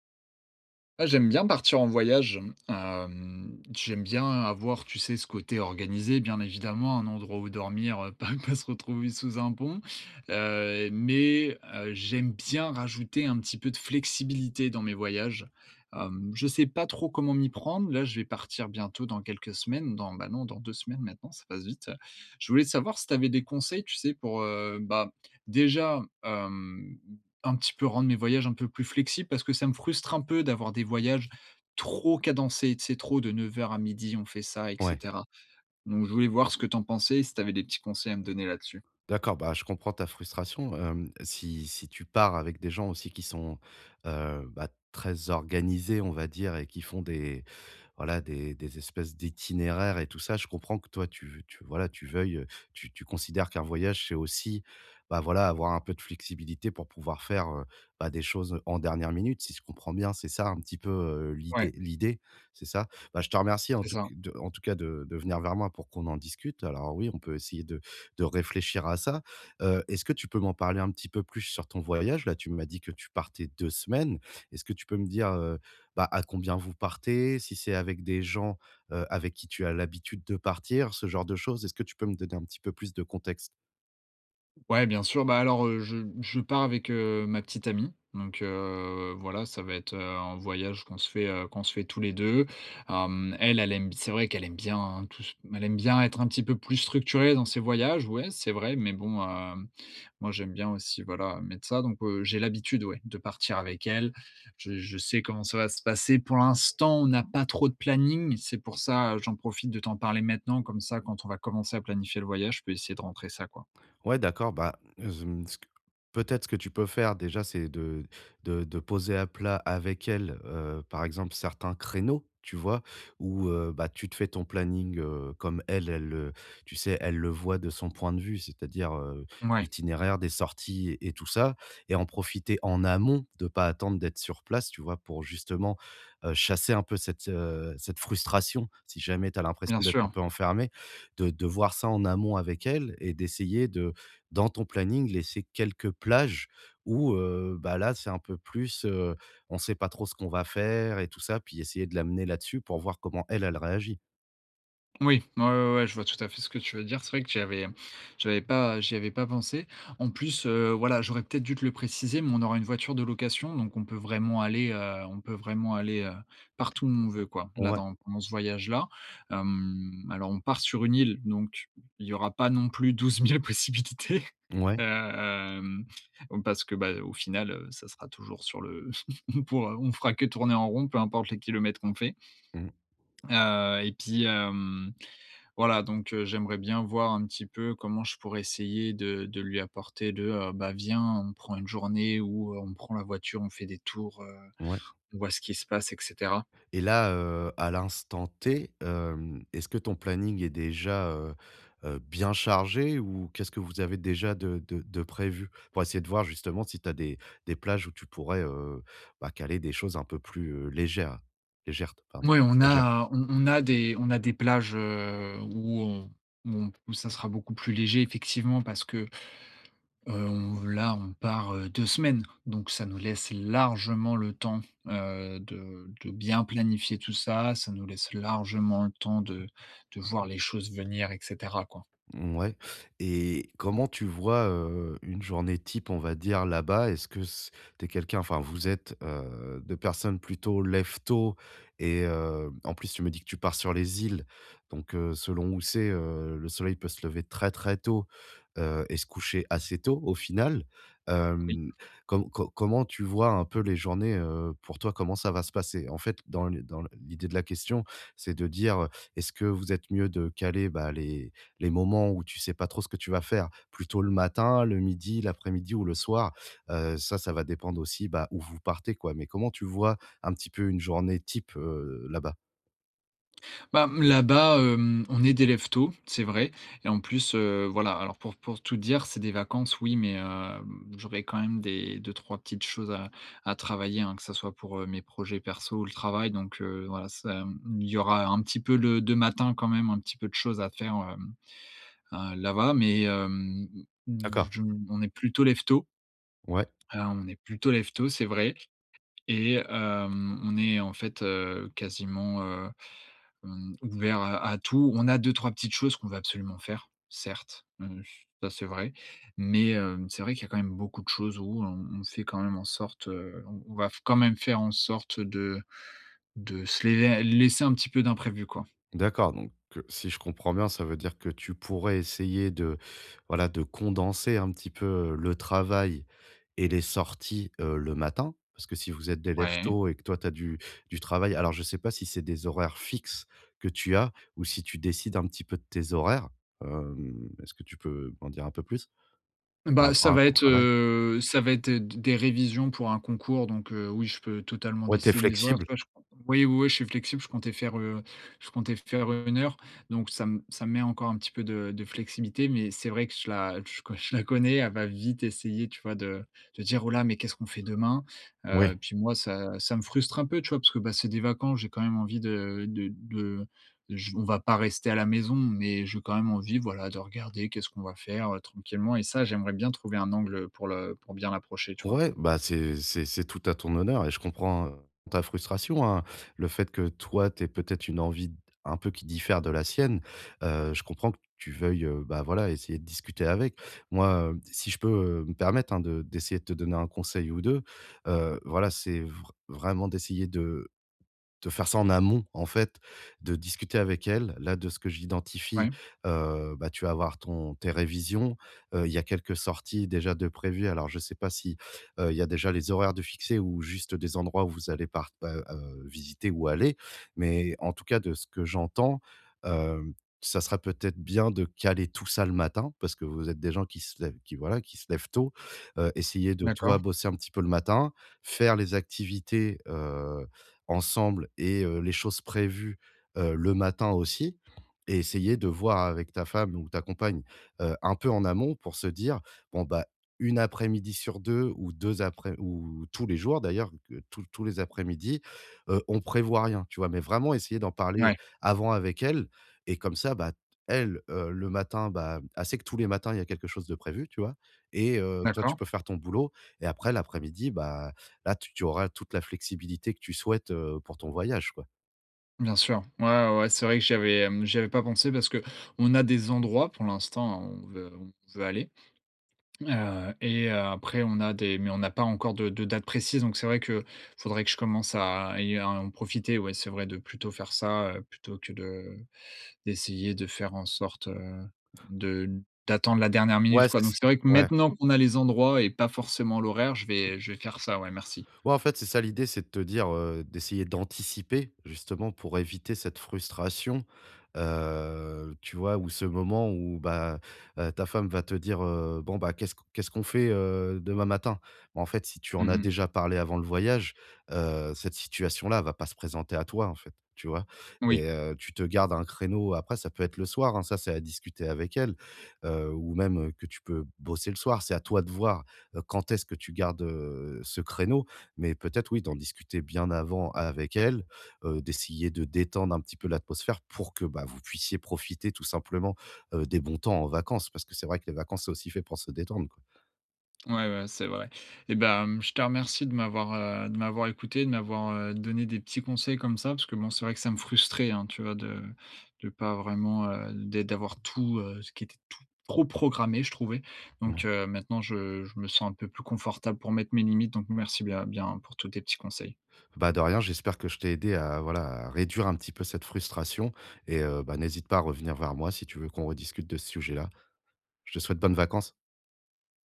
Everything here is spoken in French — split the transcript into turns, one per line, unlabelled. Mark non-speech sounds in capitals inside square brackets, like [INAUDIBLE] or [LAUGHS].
Ah, j'aime bien partir en voyage. J'aime bien avoir, tu sais, ce côté organisé, bien évidemment, un endroit où dormir, [LAUGHS] pas se retrouver sous un pont. Mais j'aime bien rajouter un petit peu de flexibilité dans mes voyages. Je sais pas trop comment m'y prendre. Là, je vais partir bientôt dans quelques semaines, dans bah, non, dans 2 semaines maintenant, ça passe vite. Je voulais savoir si tu avais des conseils, tu sais, pour, bah, déjà, hem un petit peu rendre mes voyages un peu plus flexibles parce que ça me frustre un peu d'avoir des voyages trop cadencés, tu sais, trop de neuf heures à midi on fait ça et
Ouais,
cetera. Donc je voulais voir ce que t'en pensais, si t'avais des petits conseils à me donner là-dessus.
d'accord, bah, je comprends ta frustration. Si tu pars avec des gens aussi qui sont, bah, très organisés, on va dire, et qui font des voilà, des espèces d'itinéraires et tout ça, je comprends que toi, tu voilà, tu veuilles, tu considères qu'un voyage, c'est aussi, bah, voilà, avoir un peu de flexibilité pour pouvoir faire, bah, des choses en dernière minute, si je comprends bien. C'est ça un petit peu,
Ouais,
l'idée, c'est ça? Bah, je te remercie
c'est ça.
en tout cas de venir vers moi pour qu'on en discute. Alors oui, on peut essayer de réfléchir à ça. Est-ce que tu peux m'en parler un petit peu plus sur ton voyage? Là, tu m'as dit que tu partais 2 semaines. Est-ce que tu peux me dire, bah, à combien vous partez? Si c'est avec des gens, avec qui tu as l'habitude de partir, ce genre de choses? Est-ce que tu peux me donner un petit peu plus de contexte?
Ouais, bien sûr. Bah, alors, je pars avec, ma petite amie, donc voilà, ça va être, un voyage qu'on se fait tous les 2. Elle, elle aime c'est vrai qu'elle aime bien, hein, tout ce elle aime bien être un petit peu plus structurée dans ses voyages, ouais, c'est vrai, mais bon, moi, j'aime bien aussi, voilà, mettre ça, donc j'ai l'habitude, ouais, de partir avec elle. Je sais comment ça va se passer. Pour l'instant, on n'a pas trop de planning. C'est pour ça, j'en profite de t'en parler maintenant, comme ça, quand on va commencer à planifier le voyage, je peux essayer de rentrer ça, quoi.
Ouais, d'accord. Bah, ce que peut-être ce que tu peux faire déjà, c'est de de poser à plat avec elle, par exemple, certains créneaux, tu vois? Où, bah, tu te fais ton planning, comme elle, elle le tu sais, elle le voit de son point de vue, c'est-à-dire,
Ouais.
itinéraire des sorties et tout ça, et en profiter en amont, de pas attendre d'être sur place, tu vois? Pour justement, chasser un peu cette, cette frustration, si jamais tu as
Bien
l'impression d'être un
sûr.
peu enfermé, de voir ça en amont avec elle, et d'essayer de dans ton planning, laisser quelques plages où, bah, là, c'est un peu plus, on sait pas trop ce qu'on va faire et tout ça, puis essayer de l'amener là-dessus pour voir comment elle, elle réagit.
Oui, ouais, ouais, ouais, je vois tout à fait ce que tu veux dire. C'est vrai que j'avais, j'avais pas j'y avais pas pensé. En plus, voilà, j'aurais peut-être dû te le préciser, mais on aura une voiture de location, donc on peut vraiment aller, on peut vraiment aller, partout où on veut, quoi, là,
Ouais,
dans pendant ce voyage-là. Alors on part sur une île, donc il y aura pas non plus douze mille possibilités. [LAUGHS]
ouais,
Heu, Parce que, bah, au final, ça sera toujours sur le [LAUGHS] on fera que tourner en rond, peu importe les kilomètres qu'on fait.
mmh,
Et puis, hem voilà, donc j'aimerais bien voir un petit peu comment je pourrais essayer de lui apporter de, «Bah, viens, on prend une journée ou on prend la voiture, on fait des tours,
ouais,
on voit ce qui se passe» et cetera.
et là, à l'instant T, est-ce que ton planning est déjà, bien chargé, ou qu'est-ce que vous avez déjà de prévu? Pour essayer de voir justement si tu as des plages où tu pourrais, bah, caler des choses un peu plus, légères, pardon,
Ouais,
légères.
on a des plages, où on où on où ça sera beaucoup plus léger effectivement parce que, on là, on part, 2 semaines, donc ça nous laisse largement le temps, de bien planifier tout ça. Ça nous laisse largement le temps de voir les choses venir et cetera, quoi.
Ouais. Et comment tu vois, une journée type, on va dire, là-bas? Est-ce que c tu es quelqu'un enfin, vous êtes, 2 personnes plutôt lève tôt, et en plus, tu me dis que tu pars sur les îles, donc selon où c'est, le soleil peut se lever très, très tôt, et se coucher assez tôt, au final.
Oui.
Hem, comment tu vois un peu les journées, pour toi, comment ça va se passer? En fait, dans l'idée de la question, c'est de dire, est-ce que vous êtes mieux de caler, bah, les moments où tu sais pas trop ce que tu vas faire, plutôt le matin, le midi, l'après-midi ou le soir, ça, ça va dépendre aussi, bah, où vous partez, quoi. Mais comment tu vois un petit peu une journée type, là-bas?
Bah, là-bas, on est des lèves tôt, c'est vrai et en plus, voilà, alors pour tout dire, c'est des vacances, oui, mais j'aurais quand même des deux trois petites choses à travailler, hein, que ça soit pour, mes projets perso ou le travail donc voilà, ça, il y aura un petit peu le de matin quand même, un petit peu de choses à faire, là-bas mais hem,
D'accord.
je on est plutôt lève tôt,
Ouais.
on est plutôt lève tôt, c'est vrai et on est en fait, quasiment, ouvert à tout. On a deux trois petites choses qu'on va absolument faire, certes, ça c'est vrai. Mais, c'est vrai qu'il y a quand même beaucoup de choses où on fait quand même en sorte, on va quand même faire en sorte de se lé laisser un petit peu d'imprévu, quoi.
D'accord, donc si je comprends bien, ça veut dire que tu pourrais essayer de, voilà, de condenser un petit peu, le travail et les sorties, le matin? Parce que si vous êtes des
Ouais.
lève-tôt et que toi tu as du travail, alors je ne sais pas si c'est des horaires fixes que tu as ou si tu décides un petit peu de tes horaires? Est-ce que tu peux m'en dire un peu plus par
Bah,
rapport à ton travail?
ça va être, d des révisions pour un concours donc oui, je peux totalement
Ouais, tu es
décider de mes horaires, tu
flexible?
vois? Je com Oui, oui, oui, je suis flexible, je comptais faire une heure donc ça me met encore un petit peu de flexibilité mais c'est vrai que je la connais, elle va vite essayer, tu vois, de dire: «Oh là, mais qu'est-ce qu'on fait demain?»
Oui.
Puis moi ça me frustre un peu, tu vois? Parce que, bah, c'est des vacances, j'ai quand même envie de on va pas rester à la maison, mais j'ai quand même envie, voilà, de regarder qu'est-ce qu'on va faire, tranquillement et ça, j'aimerais bien trouver un angle pour le pour bien l'approcher, tu vois?
Ouais, bah, c'est tout à ton honneur et je comprends, ta frustration, hein. Le fait que toi, tu aies peut-être une envie un peu qui diffère de la sienne, je comprends que tu veuilles, bah, voilà, essayer de discuter avec. Moi, si je peux, me permettre, hein, de d'essayer de te donner un conseil ou 2, voilà, c'est vr vraiment d'essayer de faire ça en amont, en fait, de discuter avec elle. Là, de ce que j'identifie,
Ouais,
bah, tu vas avoir ton tes révisions. Il y a quelques sorties déjà de prévues. Alors, je ne sais pas si, il y a déjà les horaires de fixer ou juste des endroits où vous allez part visiter ou aller. Mais en tout cas, de ce que j'entends, hem, ça sera peut-être bien de caler tout ça le matin parce que vous êtes des gens qui se lèvent qui, voilà, qui se lèvent tôt. Essayer de, toi,
d'accord.
bosser un petit peu le matin, faire les activités, ensemble, et les choses prévues, le matin aussi, et essayer de voir avec ta femme ou ta compagne, un peu en amont pour se dire: «Bon, bah, une après-midi sur 2 ou 2 après ou tous les jours d'ailleurs, que tous les après midi on prévoit rien», tu vois? Mais vraiment essayer d'en
Ouais,
parler avant avec elle, et comme ça, bah, elle, le matin, bah, elle sait que tous les matins, il y a quelque chose de prévu, tu vois? Et toi, tu
d'accord.
peux faire ton boulot, et après l'après-midi, bah, là, tu auras toute la flexibilité que tu souhaites, pour ton voyage, quoi.
Bien sûr. Ouais, ouais, ouais, c'est vrai que j'y avais pas pensé parce que on a des endroits pour l'instant, hein, on veut aller, et après on a des mais on n'a pas encore de date précise, donc c'est vrai que faudrait que je commence à en profiter, ouais, c'est vrai de plutôt faire ça, plutôt que de D'essayer de faire en sorte, de d'attendre la dernière
Ouais,
minute, quoi.
c'est
Donc
ç
c'est vrai que
ouais.
maintenant qu'on a les endroits et pas forcément l'horaire, je vais faire ça, ouais, merci.
Ouais, en fait, c'est ça l'idée, c'est de te dire, d'essayer d'anticiper justement pour éviter cette frustration, tu vois? Ou ce moment où, bah, ta femme va te dire, «Bon, bah, qu'est-ce qu'on fait, demain matin?» Bon, en fait, si tu en as
Mmh.
déjà parlé avant le voyage, cette situation-là va pas se présenter à toi, en fait, tu vois?
Oui,
Et tu te gardes un créneau, après ça peut être le soir, hein, ça, c'est à discuter avec elle, ou même, que tu peux bosser le soir. C'est à toi de voir, quand est-ce que tu gardes, ce créneau, mais peut-être oui, d'en discuter bien avant avec elle, d'essayer de détendre un petit peu l'atmosphère pour que, bah, vous puissiez profiter tout simplement, des bons temps en vacances. Parce que c'est vrai que les vacances, c'est aussi fait pour se détendre, quoi.
ouais, ouais, c'est vrai. Et ben je te remercie de m'avoir écouté, de m'avoir, donné des petits conseils comme ça, parce que bon, c'est vrai que ça me frustrait, hein, tu vois, de pas vraiment, d'avoir tout, ce qui était tout trop programmé, je trouvais. Donc
Ouais.
maintenant je me sens un peu plus confortable pour mettre mes limites, donc merci bien pour tous tes petits conseils.
Bah, de rien, j'espère que je t'ai aidé à voilà, à réduire un petit peu cette frustration, et bah, n'hésite pas à revenir vers moi si tu veux qu'on rediscute de ce sujet-là. Je te souhaite bonnes vacances.